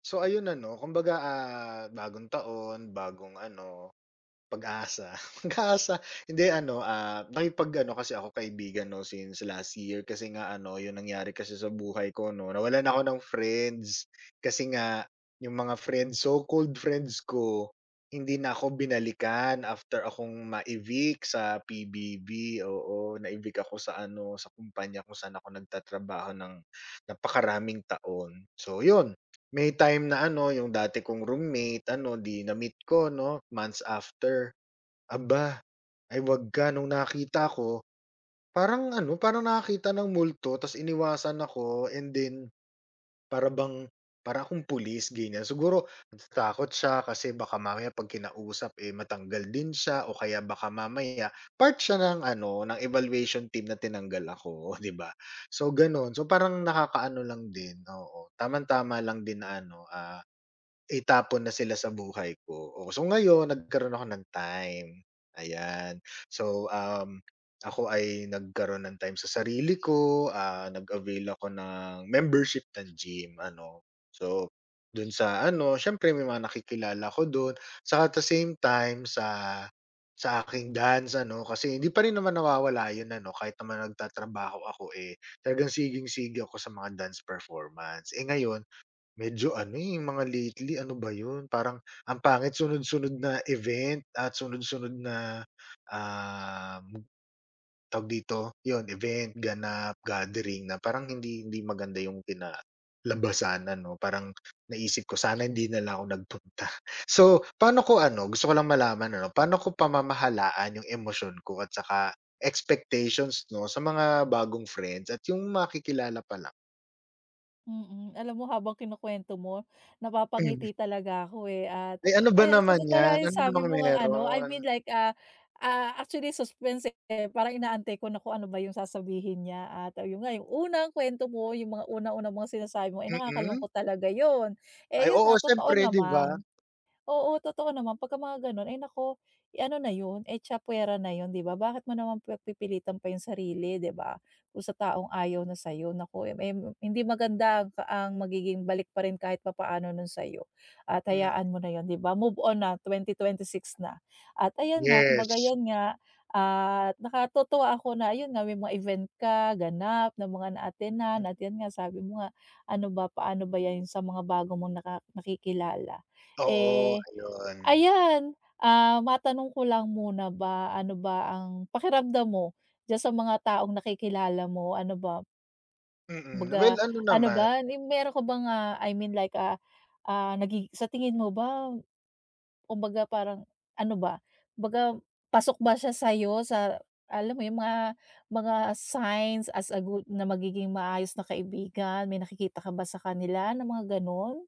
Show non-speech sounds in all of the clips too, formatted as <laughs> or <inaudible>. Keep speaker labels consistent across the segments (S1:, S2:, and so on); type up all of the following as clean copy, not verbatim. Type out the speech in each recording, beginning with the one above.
S1: So ayun ano, kumbaga, bagong taon, bagong ano, pag-asa. <laughs> Pag-asa, hindi ano, nakipag-ano kasi ako kaibigan 'no since last year kasi nga ano, yung nangyari kasi sa buhay ko 'no, nawalan ako ng friends. Kasi nga yung mga friends, so-called friends ko, hindi na ako binalikan after akong ma-evict sa PBB, oo. Na-evict ako sa ano, sa kumpanya kung saan ako nagtatrabaho ng napakaraming taon. So yun. May time na ano, yung dati kong roommate ano, 'di na-meet ko 'no, months after. Aba, ay 'wag ka nung nakita ko, parang ano, parang nakakita ng multo ta's iniwasan ako and then para bang para akong pulis, ganiyan. Siguro natatakot siya kasi baka mamaya 'pag kinausap, eh, matanggal din siya o kaya baka mamaya part siya ng ano, ng evaluation team na tinanggal ako, <laughs> 'di ba? So gano'n, so parang nakakaano lang din, oo. Tamang-tama lang din na ano, ah, itapon na sila sa buhay ko. Oo, so ngayon nagkaroon ako ng time, ayan. So, ako ay nagkaroon ng time sa sarili ko, nag-avail ako ng membership ng gym ano. So, dun sa ano, siyempre may mga nakikilala ko dun, sa at the same time sa aking dance ano, kasi hindi pa rin naman nawawala yun ano, kahit naman nagtatrabaho ako, eh, talagang sigang-siga ako sa mga dance performance. Eh, ngayon medyo ano, eh, yung mga lately ano ba yun, parang ang pangit sunod-sunod na event at sunod-sunod na, um, tawag dito, yun event, ganap, gathering na parang hindi hindi maganda yung kinalabasan ano, parang naisip ko sana hindi na lang ako nagpunta. <laughs> So, paano ko ano, gusto ko lang malaman ano, paano ko pamamahalaan yung emosyon ko at saka expectations 'no, sa mga bagong friends at yung makikilala pa
S2: Mm. Alam mo habang kinukuwento mo,
S1: lang?
S2: napapangiti talaga ako, eh, at
S1: Ay ano ba
S2: ayan sa
S1: naman
S2: totoo
S1: 'yan,
S2: lang yung
S1: ano
S2: sabi
S1: namang
S2: mo ngang ano,
S1: meron?
S2: actually suspense, eh, parang inaantay ko na kung ano ba yung sasabihin niya at ayun nga, yung unang kuwento mo, yung mga una-unang mga sinasabi mo, eh,
S1: Mm.
S2: nakakalungkot talaga yun.
S1: Ay
S2: Eh, yun
S1: oo
S2: nga totoo
S1: siyempre 'di ba?
S2: naman. Oo, totoo naman pagka mga gano'n, ay naku, ano na 'yun, echa puwera na 'yun, 'di ba? Bakit mo naman pipilitan pa 'yung sarili, 'di ba? Kung sa taong ayaw na sa'yo, naku, eh, hindi maganda ang ang magiging balik pa rin kahit papaano nun sa'yo at
S1: Hmm,
S2: hayaan mo na 'yun, 'di ba? Move on na, 6 na at ayan nga, kumbaga
S1: yes.
S2: 'yan nga at nakatutuwa ako na ayun nga, may mga event ka, ganap na mga
S1: Hmm.
S2: naatenan at 'yan nga, sabi mo nga, ano ba, paano ba 'yan sa mga bago mong nakikilala.
S1: Oo,
S2: Eh,
S1: ayun.
S2: ayan, ah, matanong ko lang muna ba, ano ba ang pakiramdam mo diyan sa mga taong nakikilala mo? Ano ba,
S1: Mm, well
S2: kumbaga
S1: ano
S2: ano
S1: naman.
S2: ba, yung meron ka bang, nagi sa tingin mo ba kumbaga parang ano ba, kumbaga pasok ba siya sa'yo sa alam mo yung mga signs as a good na magiging maayos na kaibigan, may nakikita ka ba sa kanila na mga gano'n?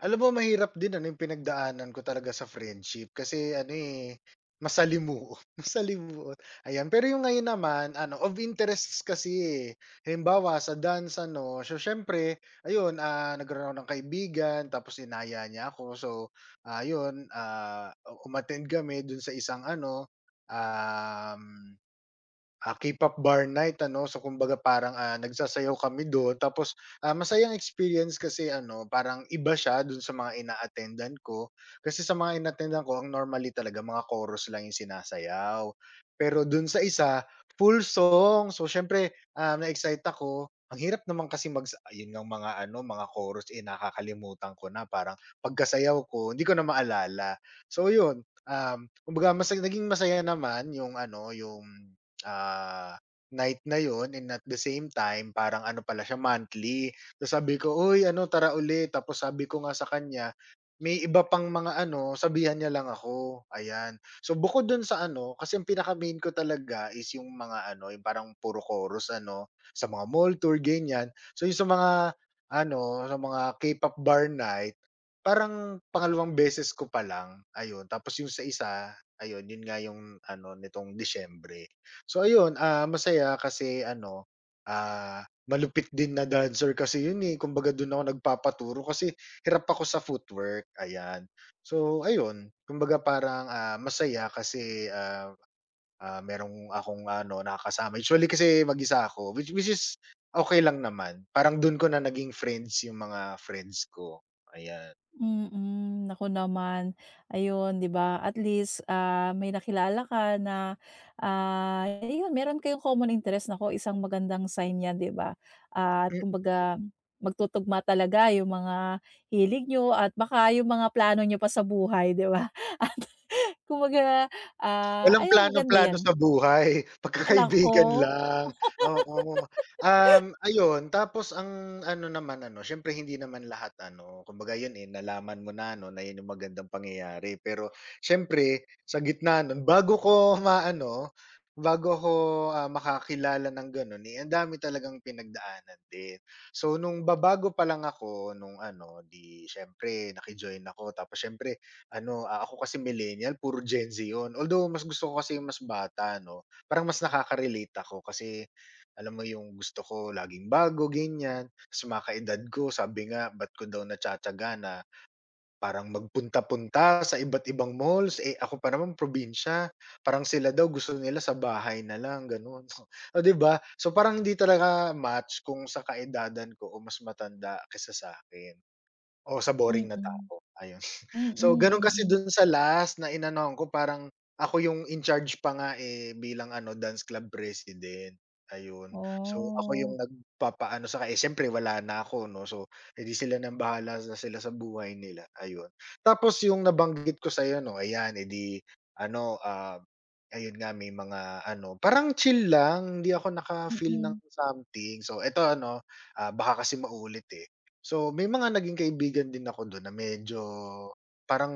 S1: Alam mo mahirap din ano yung pinagdaanan ko talaga sa friendship kasi ano, eh, masalimuot, <laughs> masalimuot, ayan. Pero yung ngayon naman ano, of interests kasi, eh. Halimbawa sa dance ano, so siyempre ayun, nagkaroon ako ng kaibigan tapos inaya niya ako so, ah, ah, umattend kami dun sa isang ano, um ah, K-pop bar night ano, so kumbaga parang, nagsasayaw kami dun tapos, masayang experience kasi ano, parang iba siya dun sa mga ina-attendan ko. Kasi sa mga inattendan ko ang normally talaga mga chorus lang yung sinasayaw. Pero dun sa isa, full song. So siyempre, na-excite ako. Ang hirap naman kasi yun ngang mga ano, mga chorus, eh, nakakalimutan ko na parang pagkasayaw ko hindi ko na maalala. So yun, kumbaga naging masaya naman yung ano, yung ah, night na yon, and at the same time parang ano pala siya monthly. Tapos sabi ko, "Uy ano tara ulit." Tapos sabi ko nga sa kanya, may iba pang mga ano, sabihan niya lang ako, ayan. So bukod dun sa ano, kasi yung pinaka-main ko talaga is yung mga ano, yung parang puro chorus ano, sa mga mall tour ganyan. So yung sa mga ano, sa mga K-pop bar night, parang pangalawang beses ko pa lang, ayun. Tapos yung sa isa, ayun yun nga yung ano nitong Disyembre. So ayun, masaya kasi ano, malupit din na dancer kasi yun, eh, kumbaga dun ako nagpapaturo kasi hirap ako sa footwork, ayan. So ayun, kumbaga parang, masaya kasi, merong akong ano, nakakasama. Usually kasi mag-isa ako which is okay lang naman. Parang dun ko na naging friends yung mga friends ko, ayan.
S2: Mm, naku naman. Ayun, 'di ba, at least, ah, may nakilala ka na, ah, ayun meron kayong common interest, nako isang magandang sign 'yan, 'di ba? Ah, at kumbaga magtutugma talaga yung mga hilig niyo at baka yung mga plano niyo pa sa buhay, 'di ba? <laughs> At kumbaga, ah,
S1: Walang
S2: ayan maganda
S1: plano-plano
S2: 'yan.
S1: sa buhay, <laughs>
S2: Ah, naku.
S1: pagkakaibigan lang, oo. Ayun tapos ang ano naman ano, siyempre hindi naman lahat ano, kumbaga yun, eh, nalaman mo na ano na yun yung magandang pangyayari pero siyempre sa gitna nun bago ko maano, bago ko ah, makakilala ng gano'n, eh, ang dami talagang pinagdaanan din. So nung babago pa lang ako nung ano, 'di siyempre nakijoin ako tapos siyempre ano, ako kasi millennial puro Gen Z 'yun. Although mas gusto ko kasi yung mas bata 'no, parang mas nakaka-relate ako kasi alam mo yung gusto ko laging bago ganiyan. Sa mga kaedad ko sabi nga ba't ko daw natiyatiyaga na parang magpunta-punta sa iba't ibang malls, eh, ako pa naman probinsya. Parang sila daw gusto nila sa bahay na lang gano'n. Oh, <laughs> 'di ba? So parang hindi talaga match kung sa kaedadan ko o mas matanda kaysa sa akin o sa boring na
S2: Mm.
S1: tao, ayun.
S2: Mm,
S1: So,
S2: mm.
S1: gano'n kasi
S2: mm.
S1: dun sa last na inanohan ko parang ako yung in charge pa nga, eh, bilang ano dance club president, ayun. So, ako yung
S2: Oh,
S1: nagpapaano saka, eh, siyempre wala na ako 'no, so, edi sila ng bahala na sila sa buhay nila, ayun. Tapos yung nabanggit ko sa'yo 'no, ayan, eh, di ano, ayun nga may mga ano, parang chill lang, hindi ako naka-feel ng
S2: mm,
S1: something. So, eto ano, baka kasi maulit, eh. So, may mga naging kaibigan din ako do'n na medyo parang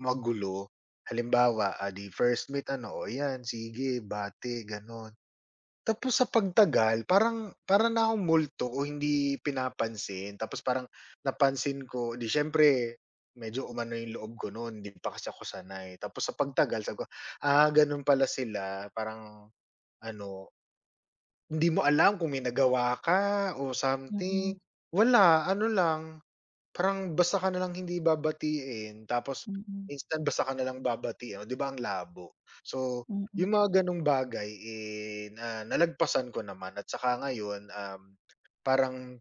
S1: magulo. Halimbawa, di first meet ano, "O yan sige bati," gano'n. Tapos sa pagtagal parang parang na akong multo o hindi pinapansin tapos parang napansin ko, di siyempre medyo umano yung loob ko no'n, hindi pa kasi ako sanay. Tapos sa pagtagal sabi ko, "Ah, gano'n pala sila." Parang ano, hindi mo alam kung may nagawa ka o
S2: mm,
S1: something. Wala, ano lang parang basta ka nalang hindi babatiin tapos
S2: mm,
S1: instant basta ka nalang babati, oh, 'di ba ang labo? So,
S2: mm, mm.
S1: yung mga gano'ng bagay, eh, na nalagpasan ko naman at saka ngayon, parang,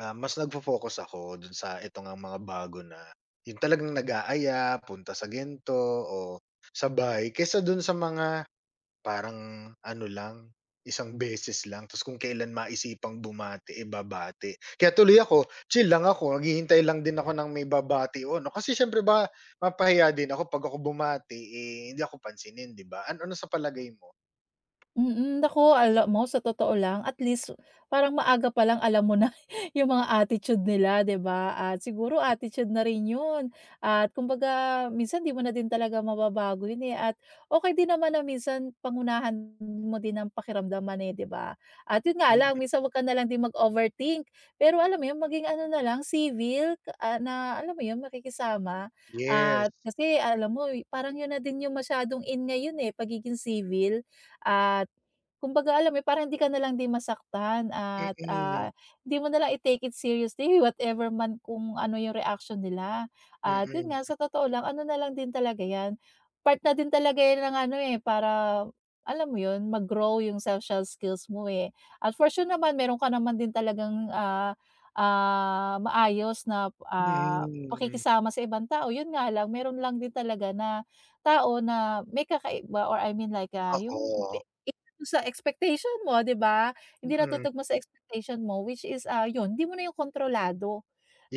S1: mas nagfo-focus ako dun sa ito ngang mga bago na yung talagang nag-aaya, punta sa ganito o sa bahay kaysa dun sa mga parang ano lang, isang beses lang. Tapos kung kailan maisipang bumati, eh, babati. Kaya tuloy ako, chill lang ako, naghihintay lang din ako ng may babati o ano, kasi siyempre ba mapahiya din ako 'pag ako bumati, eh, hindi ako pansinin, 'di ba? Ano ano sa palagay mo?
S2: Mm, naku alam mo sa totoo lang at least parang maaga pa lang alam mo na <laughs> yung mga attitude nila 'di ba at siguro attitude na rin yun at kumbaga minsan di mo na din talaga mababago yun, eh, at okay din naman na minsan pangunahan mo din ang pakiramdaman, eh, 'di ba? At yun nga
S1: Mm,
S2: lang minsan wag ka na lang din mag-overthink pero alam mo yun maging ano na lang civil, ah, na alam mo yun makikisama
S1: yes.
S2: at kasi alam mo parang yun na din yung masyadong in ngayon, eh, pagiging civil at kumbaga alam mo yun, parang hindi ka na lang din masaktan at, ah,
S1: Mm,
S2: hindi mo na lang i-take it seriously <laughs> whatever man kung ano yung reaction nila. At yun
S1: mm,
S2: nga, sa totoo lang ano na lang din talaga yan, part na din talaga yan ng ano, eh, para alam mo yun, mag-grow yung social skills mo, eh. At for sure naman meron ka naman din talagang, maayos na, ah,
S1: mm,
S2: pakikisama sa ibang tao. Yun nga lang, meron lang din talaga na tao na may kakaiba or yung
S1: oo,
S2: sa expectation mo, 'di ba? Hindi
S1: mm,
S2: natutugma sa expectation mo which is, ah, 'yun, hindi mo na yung kontrolado,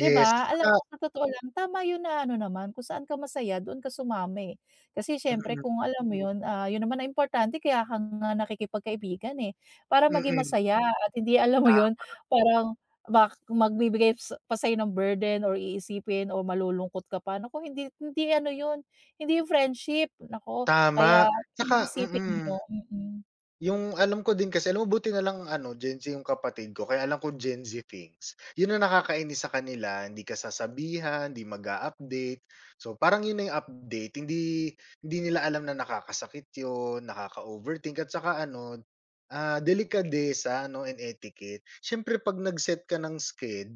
S2: 'di
S1: at
S2: ba? Alam
S1: saka
S2: mo sa totoo lang tama 'yun na ano naman kung saan ka masaya doon ka sumama, eh. Kasi siyempre kung
S1: mm,
S2: alam mo 'yun, ah, 'yun naman ang importante kaya ka nga nakikipagkaibigan, eh, para maging
S1: mm,
S2: masaya at hindi alam mo
S1: ta
S2: 'yun, parang bak magbibigay sa pa sa'yo ng burden or iisipin o malulungkot ka pa. Naku hindi hindi ano 'yun, hindi 'yun friendship, naku.
S1: tama.
S2: Kaya
S1: Saka. Tsaka
S2: isipin mo.
S1: mm.
S2: Mm.
S1: Yung alam ko din kasi alam mo buti na lang ano Gen Z yung kapatid ko kaya alam ko Gen Z things. Yun ang nakakainis sa kanila hindi ka sasabihan, hindi mag update. So parang yun na yung update, hindi hindi nila alam na nakakasakit yun, nakaka-overthink at saka ano, delikadesa ano and etiquette. Siyempre 'pag nag-set ka ng sked,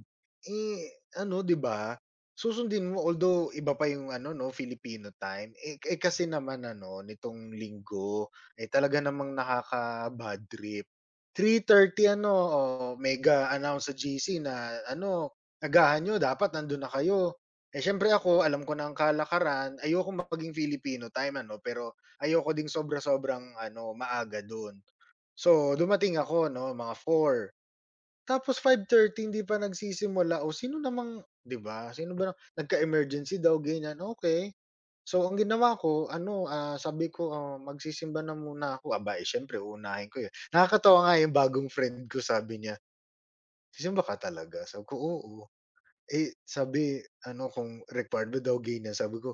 S1: eh, ano 'di ba, susundin mo although iba pa yung ano 'no Filipino time, eh, kasi naman ano nitong linggo, eh, talaga namang nakaka-bad trip. 3:30 ano, oh, mega-announce sa GC na ano, "Agahan nyo, dapat nandun na kayo." Eh, siyempre ako alam ko na ang kalakaran, ayokong maging Filipino time ano, pero ayoko ding sobra-sobrang ano, maaga dun. So, dumating ako 'no, mga four, tapos 5:30 hindi pa nagsisimula, oh, sino namang 'di ba, sino ba nagka-emergency daw ganyan, okay. So, ang ginawa ko ano, sabi ko, "Magsisimba na muna ako." Aba, eh, siyempre uunahin ko 'yun. Nakakatawa nga 'yung bagong friend ko sabi niya, "Sisimba ka talaga?" Sabi ko, "Oo." Eh, sabi ano kung required ba daw ganyan, sabi ko,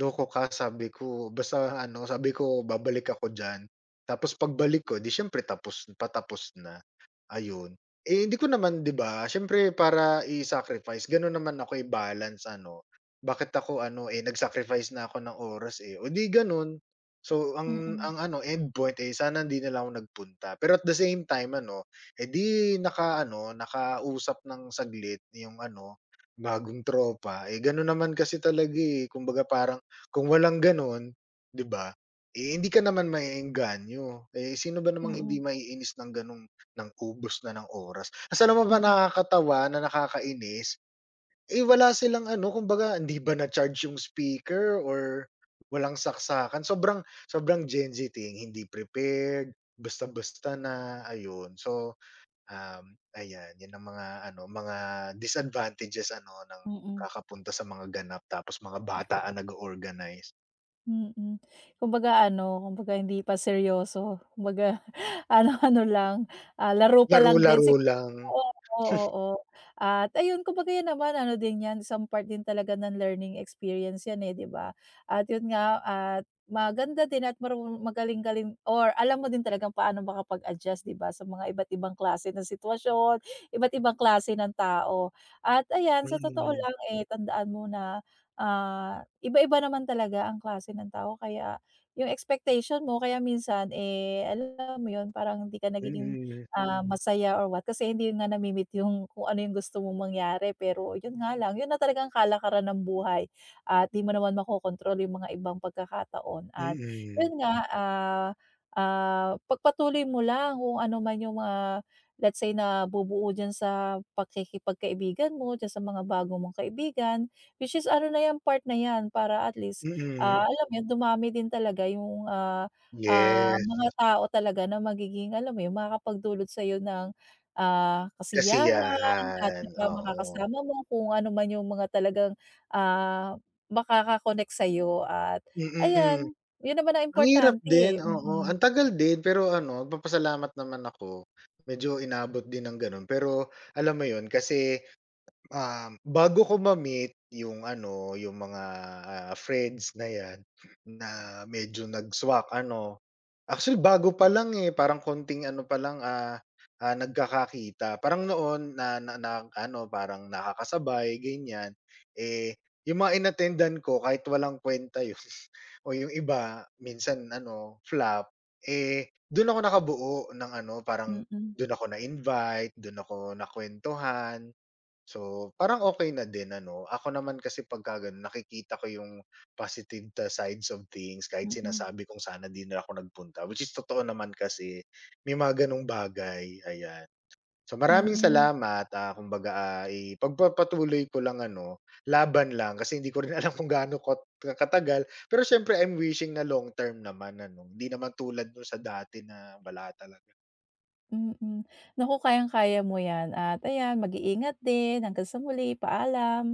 S1: "Loko ka." Sabi ko, "Basta ano," sabi ko, "babalik ako diyan." Tapos pagbalik ko 'di siyempre tapos patapos na. Ayun. Eh, hindi ko naman 'di ba, siyempre para i-sacrifice gano'n naman ako, eh, balance ano, bakit ako ano, eh, nag-sacrifice na ako ng oras, eh, o 'di gano'n. So ang
S2: Mm,
S1: ang ano end point, eh, sana hindi na lang ako nagpunta. Pero at the same time ano, eh, 'di nakausap ng saglit yung ano, bagong tropa, eh, gano'n naman kasi talaga, eh. Kumbaga parang kung walang gano'n, 'di ba, eh, hindi ka naman maeengganyo. Eh, sino ba namang hindi
S2: mm,
S1: maiinis ng gano'ng ng ubos na ng oras. Ta's alam mo ba
S2: mm,
S1: nakakatawa na nakakainis, eh, wala silang ano kumbaga hindi ba na-charge yung speaker or walang saksakan. Sobrang sobrang Gen Z thing, hindi prepared, basta-basta na, ayun. So, ayan, 'yun ang mga ano, mga disadvantages ano ng kakapunta sa mga ganap tapos mga bata ang nag organize.
S2: mm, mm. Kumbaga ano, kumbaga hindi pa seryoso, kumbaga <laughs> ano-ano lang, ah, laro pa lang din si
S1: Laro-laro lang.
S2: oo, oo. Oo. At ayun, kumbaga yan naman ano din yan, isang part din talaga ng learning experience yan, eh, 'di ba? At yun nga, at maganda din at marunong magaling-galing or alam mo din talagang paano makapag-adjust, 'di ba, sa mga iba't ibang klase ng sitwasyon, iba't ibang klase ng tao. At ayan, sa totoo
S1: Mm,
S2: lang, eh, tandaan mo na ah, iba-iba naman talaga ang klase ng tao kaya yung expectation mo kaya minsan, eh, alam mo yun parang hindi ka nagiging,
S1: mm,
S2: ah, masaya or what kasi hindi nga nami-meet yung kung ano yung gusto mong mangyari pero yun nga lang, yun na talaga ang kalakaran ng buhay at di mo naman makokontrol yung mga ibang pagkakataon at
S1: mm,
S2: yun nga, pagpatuloy mo lang kung ano man yung mga let's say nabubuo diyan sa pakikipagkaibigan mo, diyan sa mga bago mong kaibigan. Which is ano na 'yan, part na 'yan para at least,
S1: mm.
S2: ah, alam mo 'yun, dumami din talaga yung,
S1: Yes.
S2: mga tao talaga na magiging alam mo 'yun, makakapagdulot sa'yo ng, ah, kasiyahan at
S1: Kasiyahan,
S2: saka
S1: oo.
S2: makakasama mo kung ano man yung mga talagang, ah, makaka-connect sa'yo at
S1: Mm,
S2: ayan, 'yun naman ang
S1: ang hirap
S2: importante, eh.
S1: din, oo. Ang tagal din pero ano, nagpapasalamat naman ako, medyo inabot din ng gano'n. Pero alam mo 'yun kasi, bago ko ma-meet yung ano, yung mga, friends na 'yan na medyo nag-swak ano. Actually, bago pa lang, eh, parang konting ano pa lang, nagkakakita. Parang noon na na na ano, parang nakakasabay ganyan. Eh, yung mga inattendan ko kahit walang kwenta yun <laughs> o yung iba minsan ano, flap, eh, dun ako nakabuo ng ano, parang
S2: Mm,
S1: dun ako na-invite, dun ako nakuwentuhan. So, parang okay na din ano. Ako naman kasi pagka gano'n nakikita ko yung positive the sides of things kahit
S2: mm,
S1: sinasabi kong sana di na ako nagpunta, which is totoo naman kasi may mga gano'ng bagay, ayan. So, maraming salamat, kumbaga, ipagpapatuloy ko lang ano, laban lang kasi hindi ko rin <laughs> alam kung gaano kot katagal. Pero siyempre I'm wishing na long term naman ano, hindi naman tulad nung sa dati na wala tala
S2: mm, mm. Naku, kayang-kaya mo 'yan at ayan, mag-iingat din. Hanggang sa muli, paalam.